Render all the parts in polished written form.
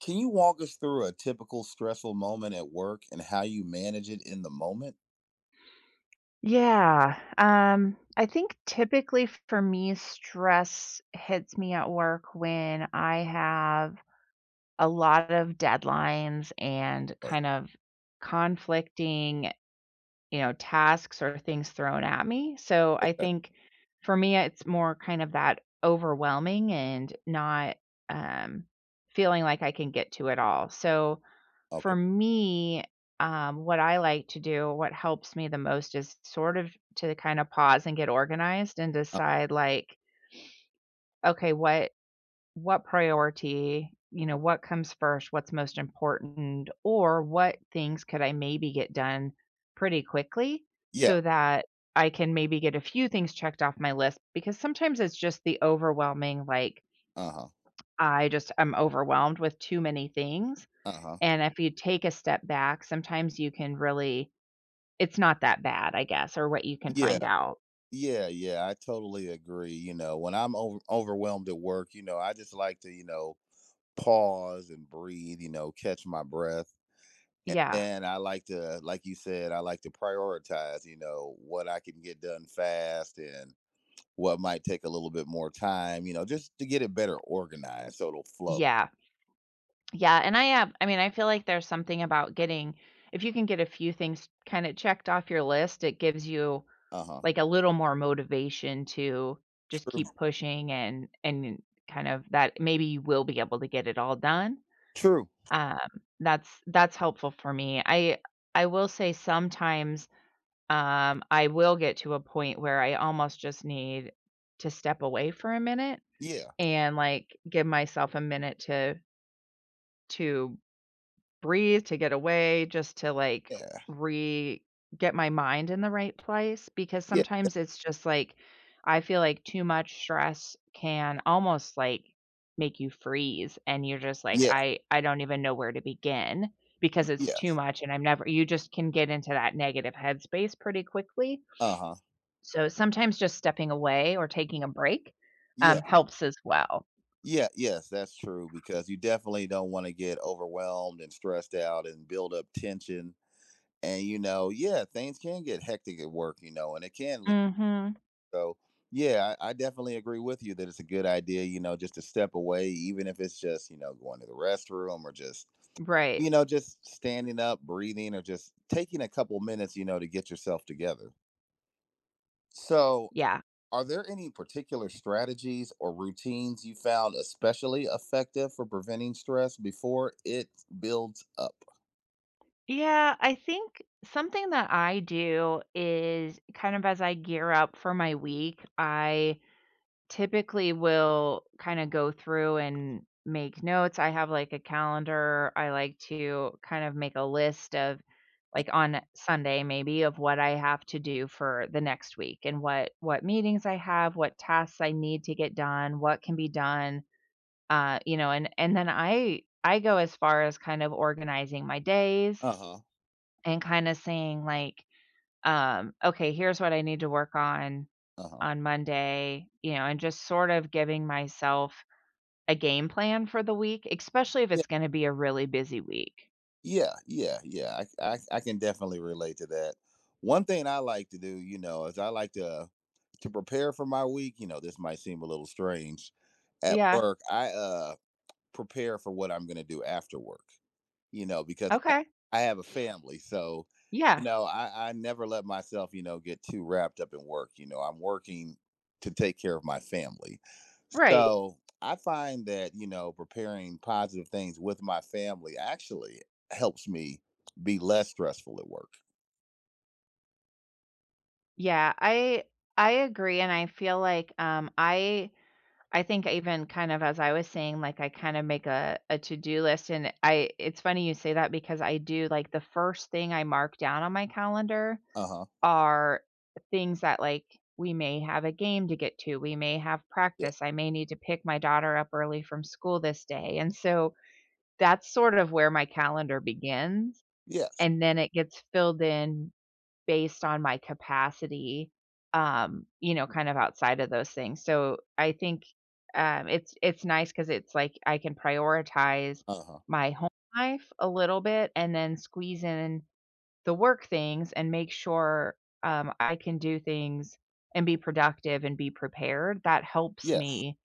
Can you walk us through a typical stressful moment at work and how you manage it in the moment? Yeah. I think typically for me, stress hits me at work when I have a lot of deadlines and Okay. kind of conflicting tasks or things thrown at me. So I Okay. think for me, it's more kind of that overwhelming and not um, feeling like I can get to it all. So, for Okay. me, what I like to do, what helps me the most is sort of to kind of pause and get organized and Uh, decide like, okay, what priority, you know, what comes first, what's most important, or what things could I maybe get done pretty quickly yeah. so that I can maybe get a few things checked off my list, because sometimes it's just the overwhelming like Uh huh. I just am overwhelmed with too many things. Uh huh. And if you take a step back, sometimes you can really it's not that bad, I guess, or what you can find Yeah. out. Yeah. Yeah. I totally agree. You know, when I'm overwhelmed at work, you know, I just like to, you know, pause and breathe, you know, catch my breath. And Yeah. then I like to, like you said, I like to prioritize, you know, what I can get done fast and what might take a little bit more time, you know, just to get it better organized so it'll flow. Yeah. Yeah, and I mean, I feel like there's something about getting if you can get a few things kinda checked off your list, it gives you, Uh huh. like, a little more motivation to just True. keep pushing, and kind of that maybe you will be able to get it all done. True. Um, that's helpful for me. I will say sometimes I will get to a point where I almost just need to step away for a minute Yeah. and, like, give myself a minute to to breathe, to get away, just to, like, Yeah. re get my mind in the right place, because Yeah. sometimes it's just, like, I feel like too much stress can almost, like, make you freeze, and you're just like, Yeah. "I don't even know where to begin," because it's too Yes. much, and I'm never you just can get into that negative headspace pretty quickly, Uh huh. so sometimes just stepping away or taking a break, Yeah. helps as well. Yeah. Yes. That's true because you definitely don't want to get overwhelmed and stressed out and build up tension. And, you know, yeah, things can get hectic at work, you know, and it can lead. Mhm. So, yeah, I definitely agree with you that it's a good idea, you know, just to step away, even if it's just, you know, going to the restroom or just, Right. you know, just standing up, breathing, or just taking a couple minutes, you know, to get yourself together. So Yeah. are there any particular strategies or routines you found especially effective for preventing stress before it builds up? Yeah, I think something that I do is kind of as I gear up for my week, I typically will kind of go through and make notes. I have like a calendar. I like to kind of make a list of like on Sunday maybe of what I have to do for the next week and what meetings I have, what tasks I need to get done, what can be done. You know, and then I go as far as kind of organizing my days Uh-huh. and kind of saying like okay, here's what I need to work Uh-huh. on Monday, you know, and just sort of giving myself a game plan for the week, especially if Yeah, it's gonna be a really busy week. yeah, yeah, yeah, I I I can definitely relate to that. One thing I like to do, you know, is I like to prepare for my week, you know, this might seem a little strange. At Yeah. work, I prepare for what I'm gonna do after work. You know, because I Okay. I have a family. So, you Yeah. know, I never let myself, you know, get too wrapped up in work. You know, I'm working to take care of my family. Right. So I find that, you know, preparing positive things with my family actually helps me be less stressful at work. Yeah. I agree, and I feel like I think even kind of as I was saying like I kind of make a to-do list, and I it's funny you say that because I do like the first thing I mark down on my calendar Uh huh. are things that, like, we may have a game to get to, we may have Yeah. practice, I may need to pick my daughter up early from school this day, and so that's sort of where my calendar begins, Yes. and then it gets filled in based on my capacity, you know, kind of outside of those things, so I think, it's nice because it's like I can prioritize Uh huh. my home life a little bit and then squeeze in the work things and make sure, I can do things and be productive and be prepared, that helps Yes. me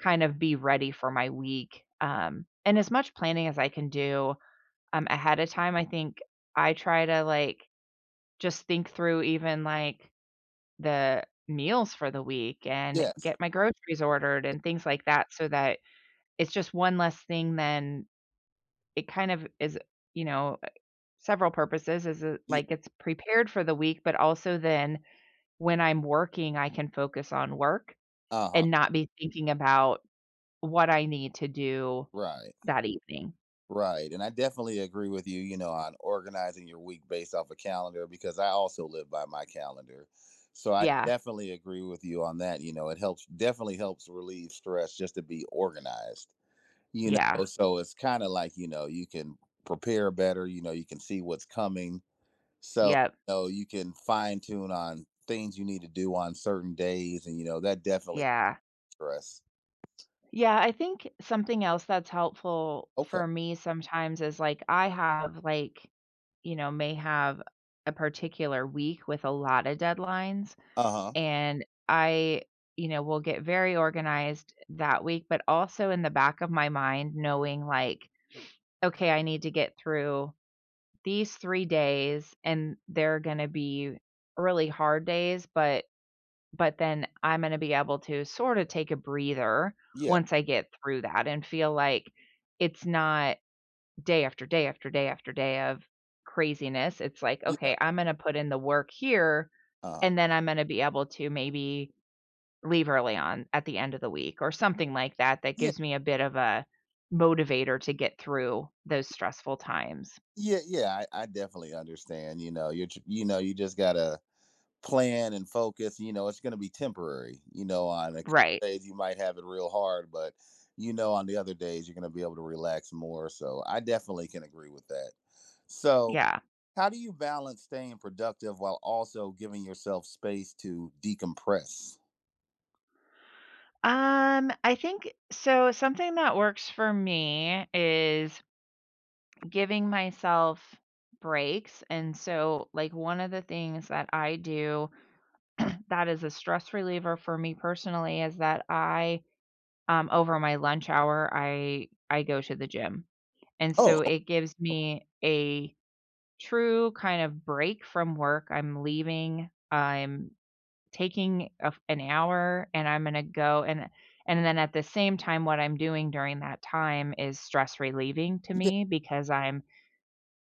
kind of be ready for my week. And as much planning as I can do, ahead of time, I think I try to like just think through even like the meals for the week and Yes. get my groceries ordered and things like that so that it's just one less thing than it kind of is, you know, several purposes is it Yeah. like it's prepared for the week, but also then when I'm working, I can focus on work Uh huh. and not be thinking about what I need to do Right. that evening. Right. And I definitely agree with you, you know, on organizing your week based off a calendar because I also live by my calendar. So I Yeah. definitely agree with you on that. You know, it helps definitely helps relieve stress just to be organized. You Yeah. know, so it's kind of like, you know, you can prepare better, you know, you can see what's coming. So, Yep. you know, you can fine tune on things you need to do on certain days and you know, that definitely Yeah. stress. Yeah, I think something else that's helpful Okay. for me sometimes is like I have like, you know, may have a particular week with a lot of deadlines. Uh-huh. And I, you know, will get very organized that week, but also in the back of my mind, knowing like, okay, I need to get through these 3 days and they're going to be really hard days, but then I'm going to be able to sort of take a breather Yeah. once I get through that and feel like it's not day after day after day after day of craziness. It's like, Yeah. okay, I'm going to put in the work here Uh-huh. and then I'm going to be able to maybe leave early on at the end of the week or something like that, that Yeah. gives me a bit of a motivator to get through those stressful times. Yeah, yeah, I definitely understand. You know, you know, you just gotta plan and focus. You know, it's gonna be temporary. You know, on a couple Right. days you might have it real hard, but you know, on the other days you're gonna be able to relax more. So I definitely can agree with that. So, Yeah. how do you balance staying productive while also giving yourself space to decompress? I think so something that works for me is giving myself breaks. And so like one of the things that I do that is a stress reliever for me personally is that I over my lunch hour I go to the gym. And Oh, so it gives me a true kind of break from work. I'm leaving. I'm taking a f an hour, and I'm gonna go and then at the same time, what I'm doing during that time is stress relieving to yeah, me, because I'm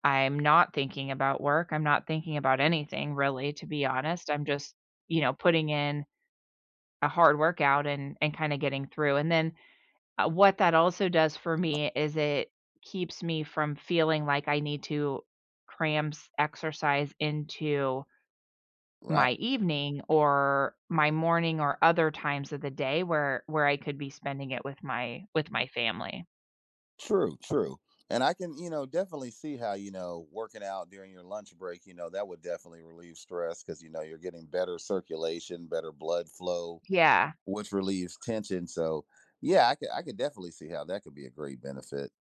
I'm not thinking about work. I'm not thinking about anything really, to be honest. I'm just, you know, putting in a hard workout and kinda getting through. And then what that also does for me is it keeps me from feeling like I need to cram s exercise into right. my evening or my morning or other times of the day where I could be spending it with my family. True, true. And I can, you know, definitely see how, you know, working out during your lunch break, you know, that would definitely relieve stress because, you know, you're getting better circulation, better blood flow, Yeah. which relieves tension. So, yeah, I could definitely see how that could be a great benefit.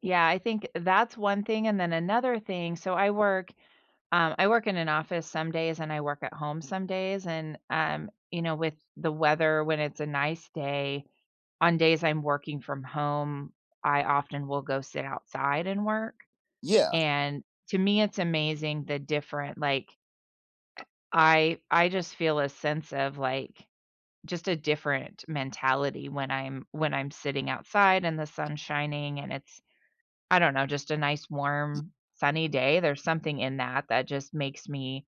Yeah, I think that's one thing, and then another thing so I work in an office some days and I work at home some days, and, you know, with the weather when it's a nice day, on days I'm working from home, I often will go sit outside and work, Yeah. and to me, it's amazing the different like, I just feel a sense of, like, just a different mentality when I'm sitting outside and the sun's shining, and it's I don't know, just a nice, warm, sunny day, there's something in that that just makes me,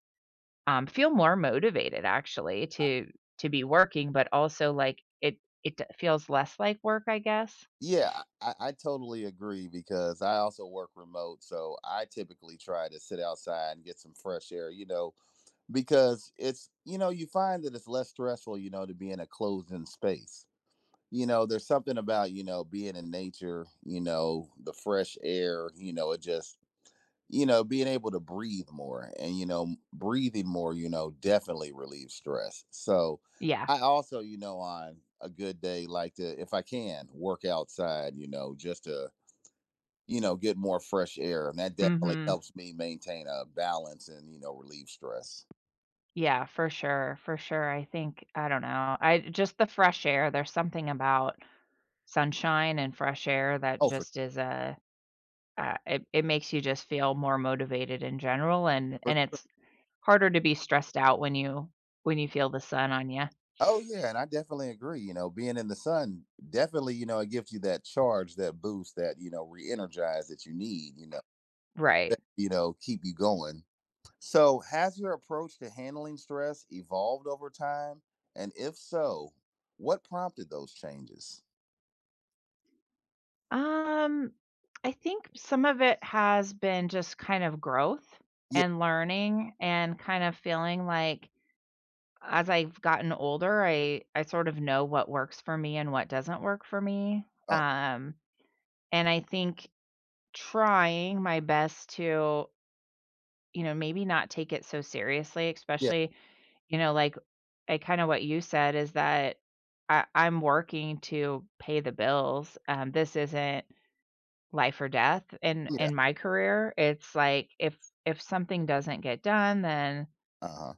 feel more motivated actually to be working, but also, like, it feels less like work, I guess? Yeah, I totally agree because I also work remote. So I typically try to sit outside and get some fresh air, you know, because it's, you know, you find that it's less stressful, you know, to be in a closed in space. You know, there's something about, you know, being in nature, you know, the fresh air, you know, it just you know, being able to breathe more and, you know, breathing more, you know, definitely relieves stress. So Yeah. I also, you know, on a good day, like to, if I can, work outside, you know, just to, you know, get more fresh air. And that definitely Mhm. helps me maintain a balance and, you know, relieve stress. Yeah, for sure, for sure. I think I don't know. I just the fresh air, there's something about sunshine and fresh air that Oh, for, just is a it it makes you just feel more motivated in general, and it's harder to be stressed out when you feel the sun on you. oh yeah. And I definitely agree. You know, being in the sun, definitely, you know, it gives you that charge, that boost, that, you know, re energize that you need, you know, Right. that, you know, keep you going. So, has your approach to handling stress evolved over time? And if so, what prompted those changes? Um I think some of it has been just kind of growth Yeah. and learning and kind of feeling like as I've gotten older, I sort of know what works for me and what doesn't work for me. Oh, And I think trying my best to, you know, maybe not take it so seriously, yeah. especially, you know, like I kind of what you said is that I'm working to pay the bills. This isn't life or death Yeah. in my career. It's like if something doesn't get done, then Uh huh.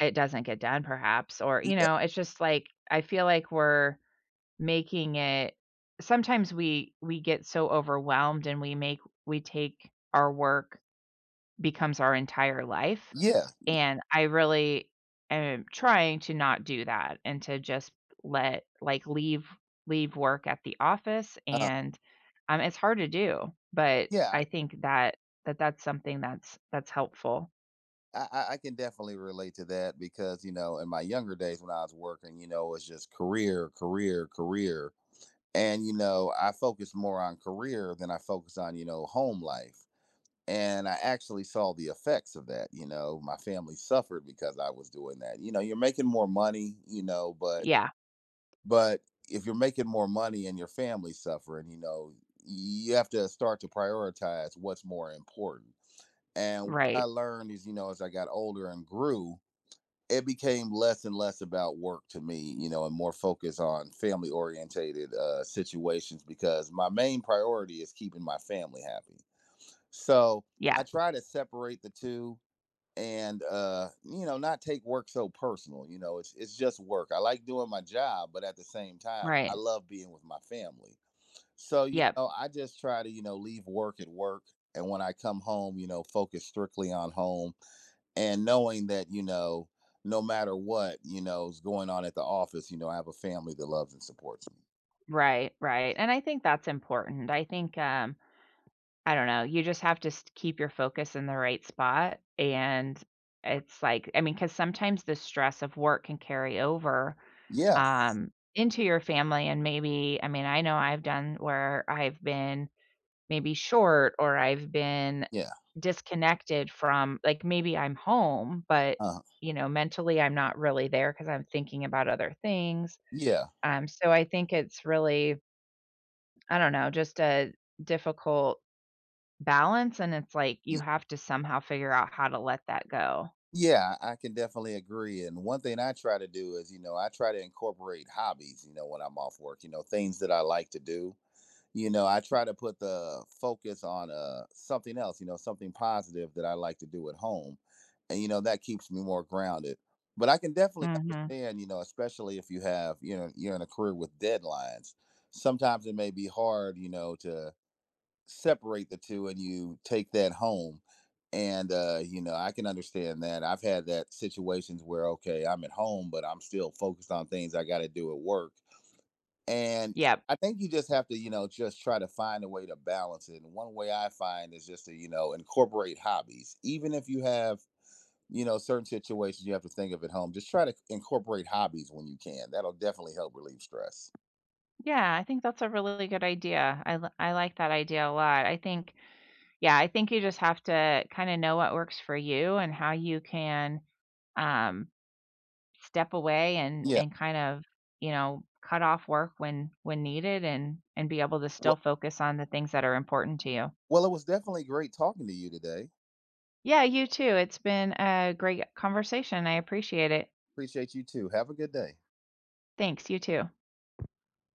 it doesn't get done perhaps or, you know, it's just like I feel like we're making it sometimes we get so overwhelmed and we make we take our work becomes our entire life, Yeah. and I really am trying to not do that and to just let like leave leave work at the office, Uh, and, it's hard to do, but yeah. I think that that's something that's helpful. I, I, I can definitely relate to that because, you know, in my younger days when I was working, you know, it was just career, career, career. And, you know, I focused more on career than I focused on, you know, home life. And I actually saw the effects of that. You know, my family suffered because I was doing that. You know, you're making more money, you know, Yeah, but if you're making more money and your family's suffering, you know, you have to start to prioritize what's more important. And what I right. learned is, you know, as I got older and grew, it became less and less about work to me, you know, and more focus on family orientated situations because my main priority is keeping my family happy. So I Yeah, try to separate the two, and uh, you know, not take work so personal. You know, it's just work. I like doing my job, but at the same time I right. love being with my family. So, you Yep. know, I just try to, you know, leave work at work. And when I come home, you know, focus strictly on home. And knowing that, you know, no matter what, you know, is going on at the office, you know, I have a family that loves and supports me. Right, right, and I think that's important. I think, I don't know, you just have to s keep your focus in the right spot, and it's like I mean, because sometimes the stress of work can carry over, yeah into your family, and maybe I mean, I know I've done where I've been maybe short or I've been yeah disconnected from like, maybe I'm home, but, uh you know, mentally, I'm not really there because 'cause I'm thinking about other things, yeah so I think it's really I don't know, just a difficult balance, and it's like you have to somehow figure out how to let that go. Yeah, I can definitely agree. And one thing I try to do is, you know, I try to incorporate hobbies, you know, when I'm off work, you know, things that I like to do. You know, I try to put the focus on something else, you know, something positive that I like to do at home. And you know, that keeps me more grounded. But I can definitely Mhm. understand, you know, especially if you have, you know, you're in a career with deadlines. Sometimes it may be hard, you know, to separate the two and you take that home. And you know, I can understand that. I've had that situations where okay, I'm at home but I'm still focused on things I got to do at work. And Yep. I think you just have to, you know, just try to find a way to balance it. And one way I find is just to, you know, incorporate hobbies. Even if you have, you know, certain situations you have to think of at home, just try to incorporate hobbies when you can. That'll definitely help relieve stress. Yeah, I think that's a really good idea. I like that idea a lot. I think yeah, I think you just have to kinda know what works for you and how you can, um, step away and yeah and kind of, you know, cut off work when needed and be able to still well, focus on the things that are important to you. well, it was definitely great talking to you today. Yeah, you too. It's been a great conversation. I appreciate it. Appreciate you too. Have a good day. Thanks, you too.